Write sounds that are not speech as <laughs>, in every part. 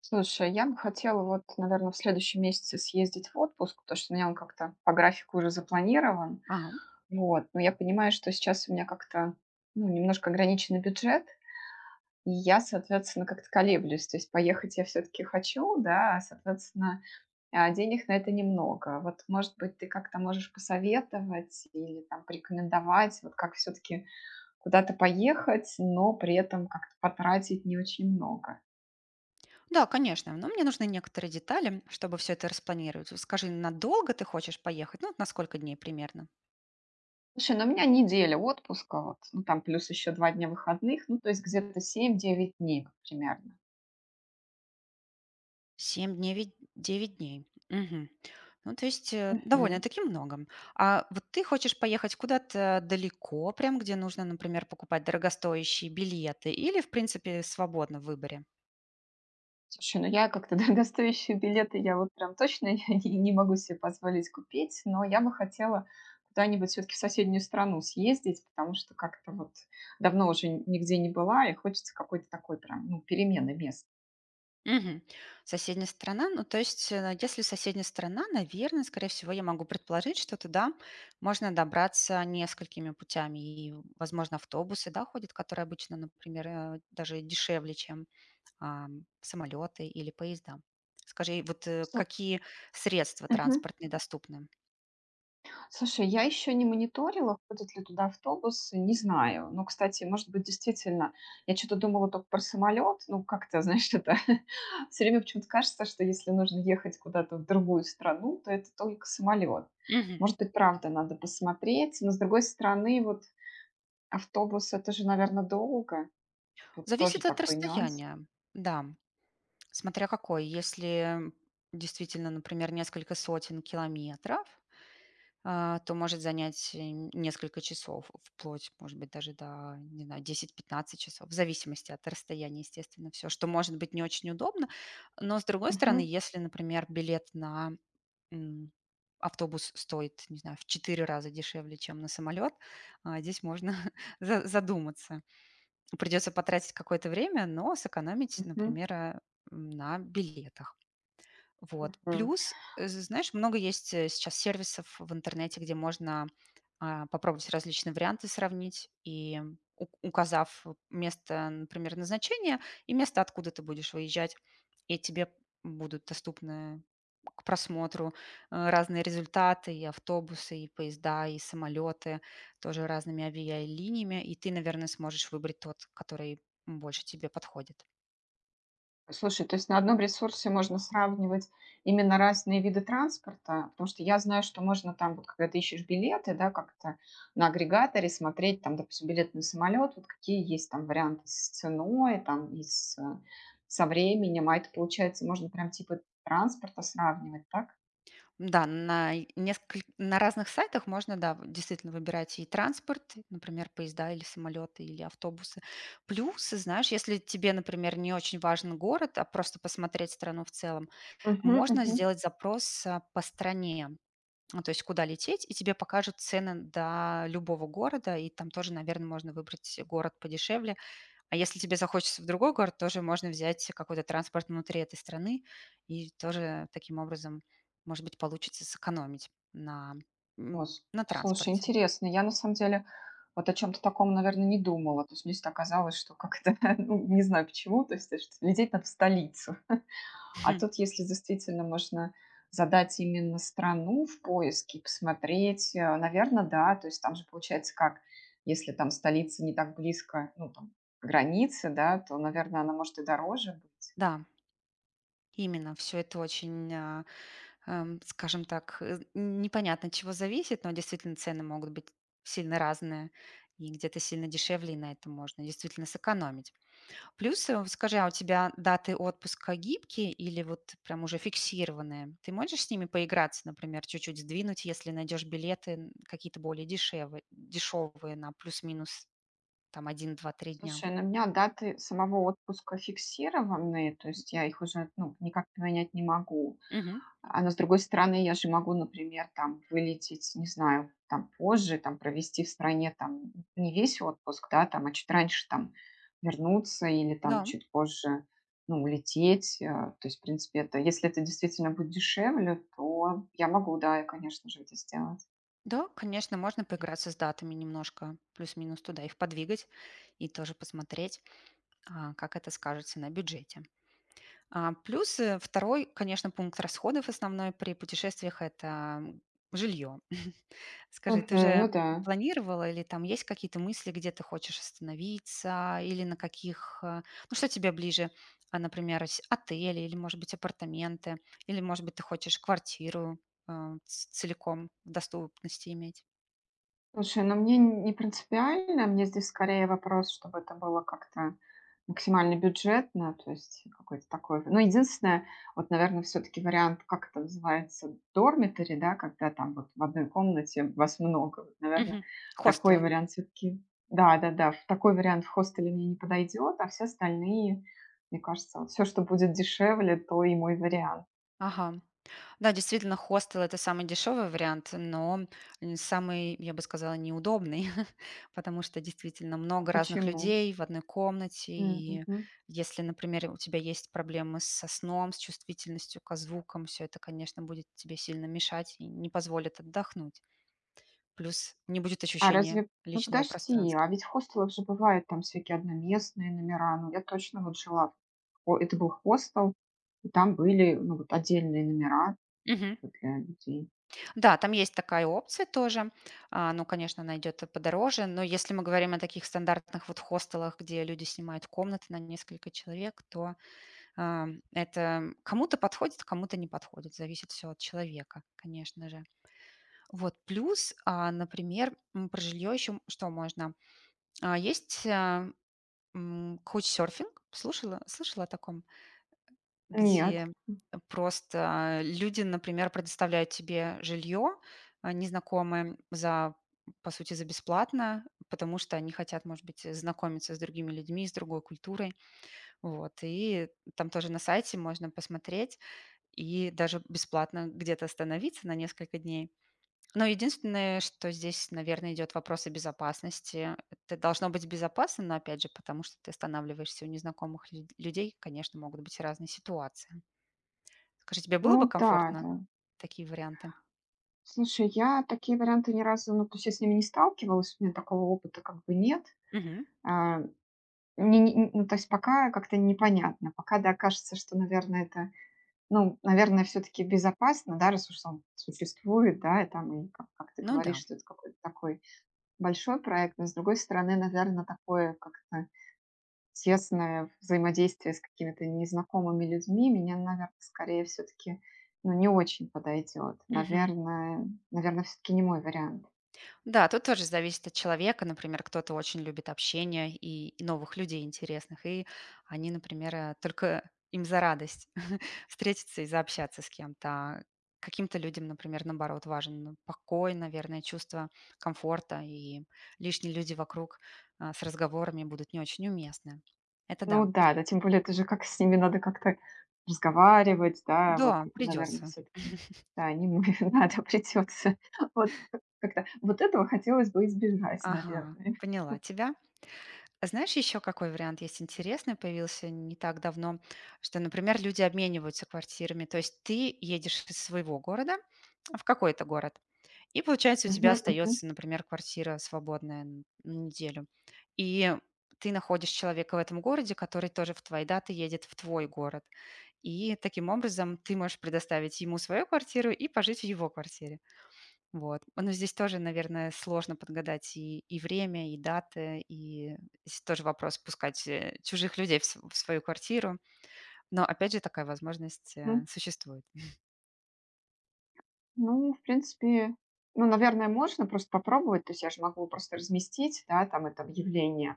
Слушай, я бы хотела вот, наверное, в следующем месяце съездить в отпуск, потому что у меня он как-то по графику уже запланирован. А, Вот. Но я понимаю, что сейчас у меня как-то ну, немножко ограниченный бюджет, и я, соответственно, как-то колеблюсь. То есть поехать я все-таки хочу, да, соответственно, денег на это немного. Вот, может быть, ты как-то можешь посоветовать или там порекомендовать, вот как все-таки куда-то поехать, но при этом как-то потратить не очень много. да, конечно, но мне нужны некоторые детали, чтобы все это распланировать. Вот, скажи, надолго ты хочешь поехать? Ну, вот на сколько дней примерно? Слушай, ну у меня неделя отпуска, вот, ну там плюс еще 2 дня выходных, ну то есть где-то 7-9 дней вот примерно. Семь дней, девять дней. Мгм. Ну, то есть Мгм. довольно-таки много. А вот ты хочешь поехать куда-то далеко, прям где нужно, например, покупать дорогостоящие билеты, или, в принципе, свободно в выборе? Слушай, ну я как-то <laughs> дорогостоящие билеты я вот прям точно <laughs> не могу себе позволить купить, но я бы хотела куда-нибудь все-таки в соседнюю страну съездить, потому что как-то вот давно уже нигде не была, и хочется какой-то такой прям, ну, перемены мест. Мгм. Соседняя страна. Ну, то есть, если соседняя страна, наверное, скорее всего, я могу предположить, что туда можно добраться несколькими путями. И, возможно, автобусы, да, ходят, которые обычно, например, даже дешевле, чем самолеты или поезда. Скажи, вот Что? какие средства Мгм. транспортные доступны? Слушай, я еще не мониторила, ходят ли туда автобусы, не знаю. Но, кстати, может быть, действительно, я что-то думала только про самолет, ну, как-то, знаешь, это <laughs> все время почему-то кажется, что если нужно ехать куда-то в другую страну, то это только самолет. Мгм. Может быть, правда, надо посмотреть, но, с другой стороны, вот автобус, это же, наверное, долго. Тут тоже Зависит от такой нюанс. расстояния, да, смотря какой. Если действительно, например, несколько сотен километров, то может занять, несколько часов, вплоть, может быть, даже до, не знаю, 10-15 часов, в зависимости от расстояния, естественно, все, что может быть не очень удобно. Но, с другой стороны, Мгм, если, например, билет на, м, автобус стоит, не знаю, в 4 раза дешевле, чем на самолет, здесь можно <laughs> за задуматься. Придется потратить какое-то время, но сэкономить, мгм, например, на билетах. Вот. мгм. Плюс, знаешь, много есть, сейчас сервисов в интернете, где можно, попробовать различные варианты сравнить и у указав место, например, назначения и место, откуда ты будешь выезжать, и тебе будут доступны к просмотру, разные результаты: и автобусы, и поезда, и самолеты, тоже разными авиалиниями. И ты, наверное, сможешь выбрать тот, который больше тебе подходит. Слушай, то есть на одном ресурсе можно сравнивать именно разные виды транспорта? Потому что я знаю, что можно там, вот когда ты ищешь билеты, да, как-то на агрегаторе смотреть, там, допустим, билет на самолет, вот какие есть там варианты с ценой, там, и с, со временем, а это, получается, можно прям типа транспорта сравнивать, так? Да, на и несколь на разных сайтах можно, да, в действительно выбирать и транспорт, например, поезда или самолеты, или автобусы. Плюс, знаешь, если тебе, например, не очень важен город, а просто посмотреть страну в целом, Мгм, можно мгм. сделать запрос, по стране, ну, то есть куда лететь, и тебе покажут цены до любого города, и там тоже, наверное, можно выбрать город подешевле. А если тебе захочется в другой город, тоже можно взять какой-то транспорт внутри этой страны, и тоже таким образом, может быть, получится сэкономить м, О, на слушай, транспорте. интересно. Я на самом деле вот о чем-то таком, наверное, не думала. То есть мне всегда казалось, что как-то, <laughs> ну, не знаю почему, то есть что лететь надо в столицу. А тут, <laughs> если действительно можно задать именно страну в поиске, посмотреть, наверное, да, то есть там же получается как, если там столица не так близко, ну, там, к границе, да, то, наверное, она может и дороже быть. Да, именно, все это очень, скажем так, непонятно, от чего зависит, но действительно цены могут быть сильно разные, и где-то сильно дешевле, и на этом можно действительно сэкономить. Плюсы, вот скажи, а у тебя даты отпуска гибкие или вот прям уже фиксированные? Ты можешь с ними поиграться, например, чуть-чуть сдвинуть, если найдешь какие-то более дешевые, на плюс-минус там один-два-три дня? Слушай, на меня даты самого отпуска фиксированные, то есть я их уже, ну, никак поменять не могу. Мгм. А, но с другой стороны, я же могу, например, там вылететь, не знаю, там позже, там провести в стране там не весь отпуск, да, там, чуть раньше там вернуться или там Да, чуть позже, ну, улететь. То есть, в принципе, это, если это действительно будет дешевле, то я могу, да, конечно же, это сделать. да, конечно, можно поиграться с датами немножко, плюс-минус туда их подвигать и тоже посмотреть, как это скажется на бюджете. Плюс второй, конечно, пункт расходов основной при путешествиях — это жилье. Скажи, ты Мгм. уже Ну да. планировала или там есть какие-то мысли, где ты хочешь остановиться или на каких, ну что тебе ближе, например, ось отели или, может быть, апартаменты, или, может быть, ты хочешь квартиру, э, целиком в доступности иметь? Слушай, ну мне не принципиально. Мне здесь скорее вопрос, чтобы это было как-то максимально бюджетно, то есть какой-то такой. Ну, единственное, вот, наверное, все таки вариант, как это называется, дормитори, да, когда там вот в одной комнате вас много. Вот, наверно, Мгм. такой Хостелы. вариант все таки да. Да-да-да, в такой вариант в хостеле мне не подойдет, а все остальные, мне кажется, вот всё, что будет дешевле, то и мой вариант. Ага. Да, действительно, хостел — это самый дешевый вариант, но, самый, я бы сказала, неудобный, <laughs> потому что действительно много разных Почему? людей в одной комнате. М, И мгм. если, например, у тебя есть проблемы со сном, с чувствительностью ко звукам, все это, конечно, будет тебе сильно мешать и не позволит отдохнуть. Плюс не будет А ощущения разве ну, личного подожди, а пространства. ведь в хостелах же бывают там всякие одноместные номера. Ну, я точно вот жила, в это был хостел, и там были, ну, вот отдельные номера Мгм. для людей. Да, там есть такая опция тоже. Ну, конечно, она идет и подороже, но если мы говорим о таких стандартных вот хостелах, где люди снимают комнаты на несколько человек, то а, это кому-то подходит, а кому-то не подходит. Зависит все от человека, конечно же. Вот плюс, например, про жилье еще что можно? Есть каучсерфинг. Слышала о таком? Нет. Где, просто люди, например, предоставляют тебе жилье, незнакомые, за по сути, за бесплатно, потому что они хотят, может быть, знакомиться с другими людьми, с другой культурой. Вот, и там тоже на сайте можно посмотреть и даже бесплатно где-то остановиться на несколько дней. Но единственное, что здесь, наверное, идет вопрос о безопасности. Это должно быть безопасно, но опять же, потому что ты останавливаешься у незнакомых людей, конечно, могут быть разные ситуации. Скажи, тебе Ну было бы да, комфортно да. такие варианты? Слушай, я такие варианты ни разу, ну, то есть я с ними не сталкивалась, у меня такого опыта как бы нет. Мгм. А, ну, то есть пока как-то непонятно, пока, да, кажется, что, наверное, это, ну, наверное, все-таки безопасно, да, раз уж он существует, да, и там, и как ты Ну говоришь, да. что это какой-то такой большой проект, но, с другой стороны, наверное, такое как-то тесное взаимодействие с какими-то незнакомыми людьми меня, наверное, скорее все таки ну, не очень подойдет. Мгм. Наверное, все таки не мой вариант. Да, тут тоже зависит от человека. Например, кто-то очень любит общение и новых людей интересных, и они, например, только им за радость <laughs> встретиться и заобщаться с кем-то. А каким-то людям, например, наоборот, важен ну, покой, наверное, чувство комфорта, и лишние люди вокруг с разговорами будут не очень уместны. Это да. Ну да, да, тем более это же как с ними надо как-то разговаривать, да, вот Да, это, наверное, придется. все таки да, не мой, <laughs> надо, придется. Вот как-то вот этого хотелось бы избежать, Ага, наверное. поняла тебя. Знаешь, еще какой вариант есть интересный, появился не так давно, что, например, люди обмениваются квартирами. То есть ты едешь из своего города в какой-то город, и, получается, у Мгм, тебя мгм, остается, например, квартира свободная на неделю. И ты находишь человека в этом городе, который тоже в твои даты едет в твой город. И таким образом ты можешь предоставить ему свою квартиру и пожить в его квартире. Вот. Но здесь тоже, наверное, сложно подгадать и время, и даты, и здесь тоже вопрос пускать чужих людей в свою квартиру. Но опять же такая возможность мгм. Существует. Ну, в принципе, ну, наверное, можно просто попробовать. То есть я же могу просто разместить, да, там это объявление,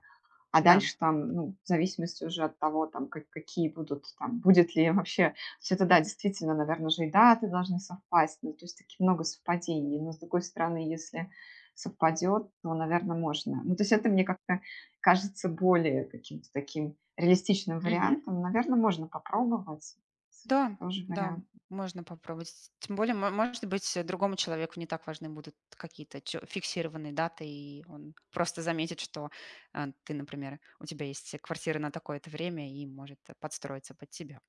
а Да. дальше там, ну, в зависимости уже от того, там, как, какие будут, там, будет ли вообще... То есть это, да, действительно, наверное, же и даты должны совпасть, ну, то есть таки много совпадений. Но, с другой стороны, если совпадет, то, наверное, можно. Ну, то есть это мне как-то кажется более каким-то таким реалистичным Мгм. вариантом. Наверное, можно попробовать. Да, Тоже да, вариант. можно попробовать. Тем более, может быть, другому человеку не так важны будут какие-то фиксированные даты, и он просто заметит, что ты, например, у тебя есть квартира на такое-то время и может подстроиться под тебя.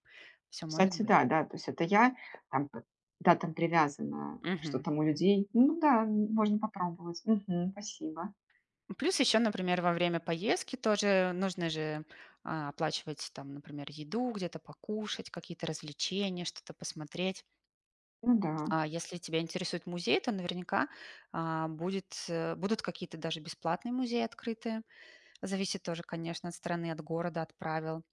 Все может Кстати, быть. да, да, то есть это я там, п да, там привязана, что Мгм. там у людей. Ну да, можно попробовать. Мгм, спасибо. Плюс еще, например, во время поездки тоже нужно же оплачивать там, например, еду, где-то покушать, какие-то развлечения, что-то посмотреть. Ну да. А если тебя интересует музей, то наверняка будут какие-то даже бесплатные музеи открытые. Зависит тоже, конечно, от страны, от города, от правил.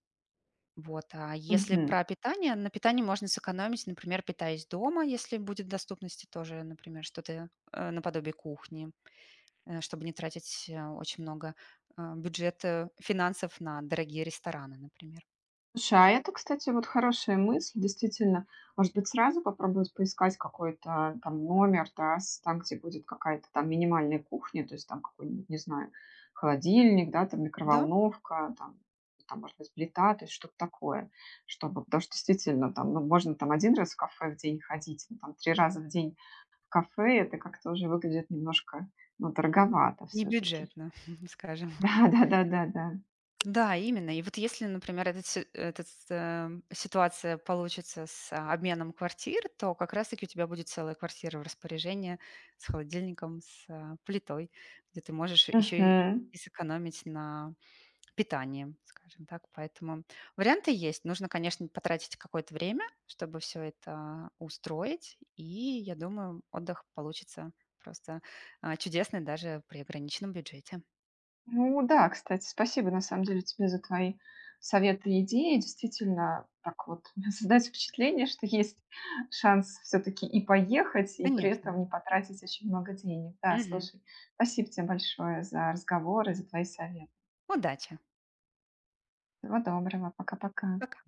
Вот. А если Мгм. про питание, на питании можно сэкономить, например, питаясь дома, если будет в доступности тоже, например, что-то наподобие кухни, чтобы не тратить очень много бюджета, финансов на дорогие рестораны, например. Слушай, а это, кстати, вот хорошая мысль, действительно. Может быть, сразу попробовать поискать какой-то там номер, да, с там, где будет какая-то там минимальная кухня, то есть там какой-нибудь, не знаю, холодильник, да, там Да, микроволновка, там, может быть, плита, то есть что-то такое, чтобы потому что действительно там, ну, можно там 1 раз в кафе в день ходить, ну, там 3 раза в день кафе это как-то уже выглядит немножко, ну, дороговато не все-таки. бюджетно, <laughs> скажем. <laughs> Да, да, да, да, да. Да, именно. И вот если, например, этот, си- этот, э, ситуация получится с обменом квартир, то как раз-таки у тебя будет целая квартира в распоряжении с холодильником, с плитой, где ты можешь еще и Мгм. и сэкономить на питанием, скажем так. Поэтому варианты есть. Нужно, конечно, потратить какое-то время, чтобы все это устроить. И я думаю, отдых получится просто, чудесный даже при ограниченном бюджете. Ну да, кстати, спасибо на самом деле тебе за твои советы и идеи. Действительно, так вот <laughs> создать впечатление, что есть шанс все-таки и поехать, и при Конечно. этом не потратить очень много денег. Да, Мгм. слушай, спасибо тебе большое за разговоры, за твои советы. Удачи. Всего доброго, пока-пока. Пока.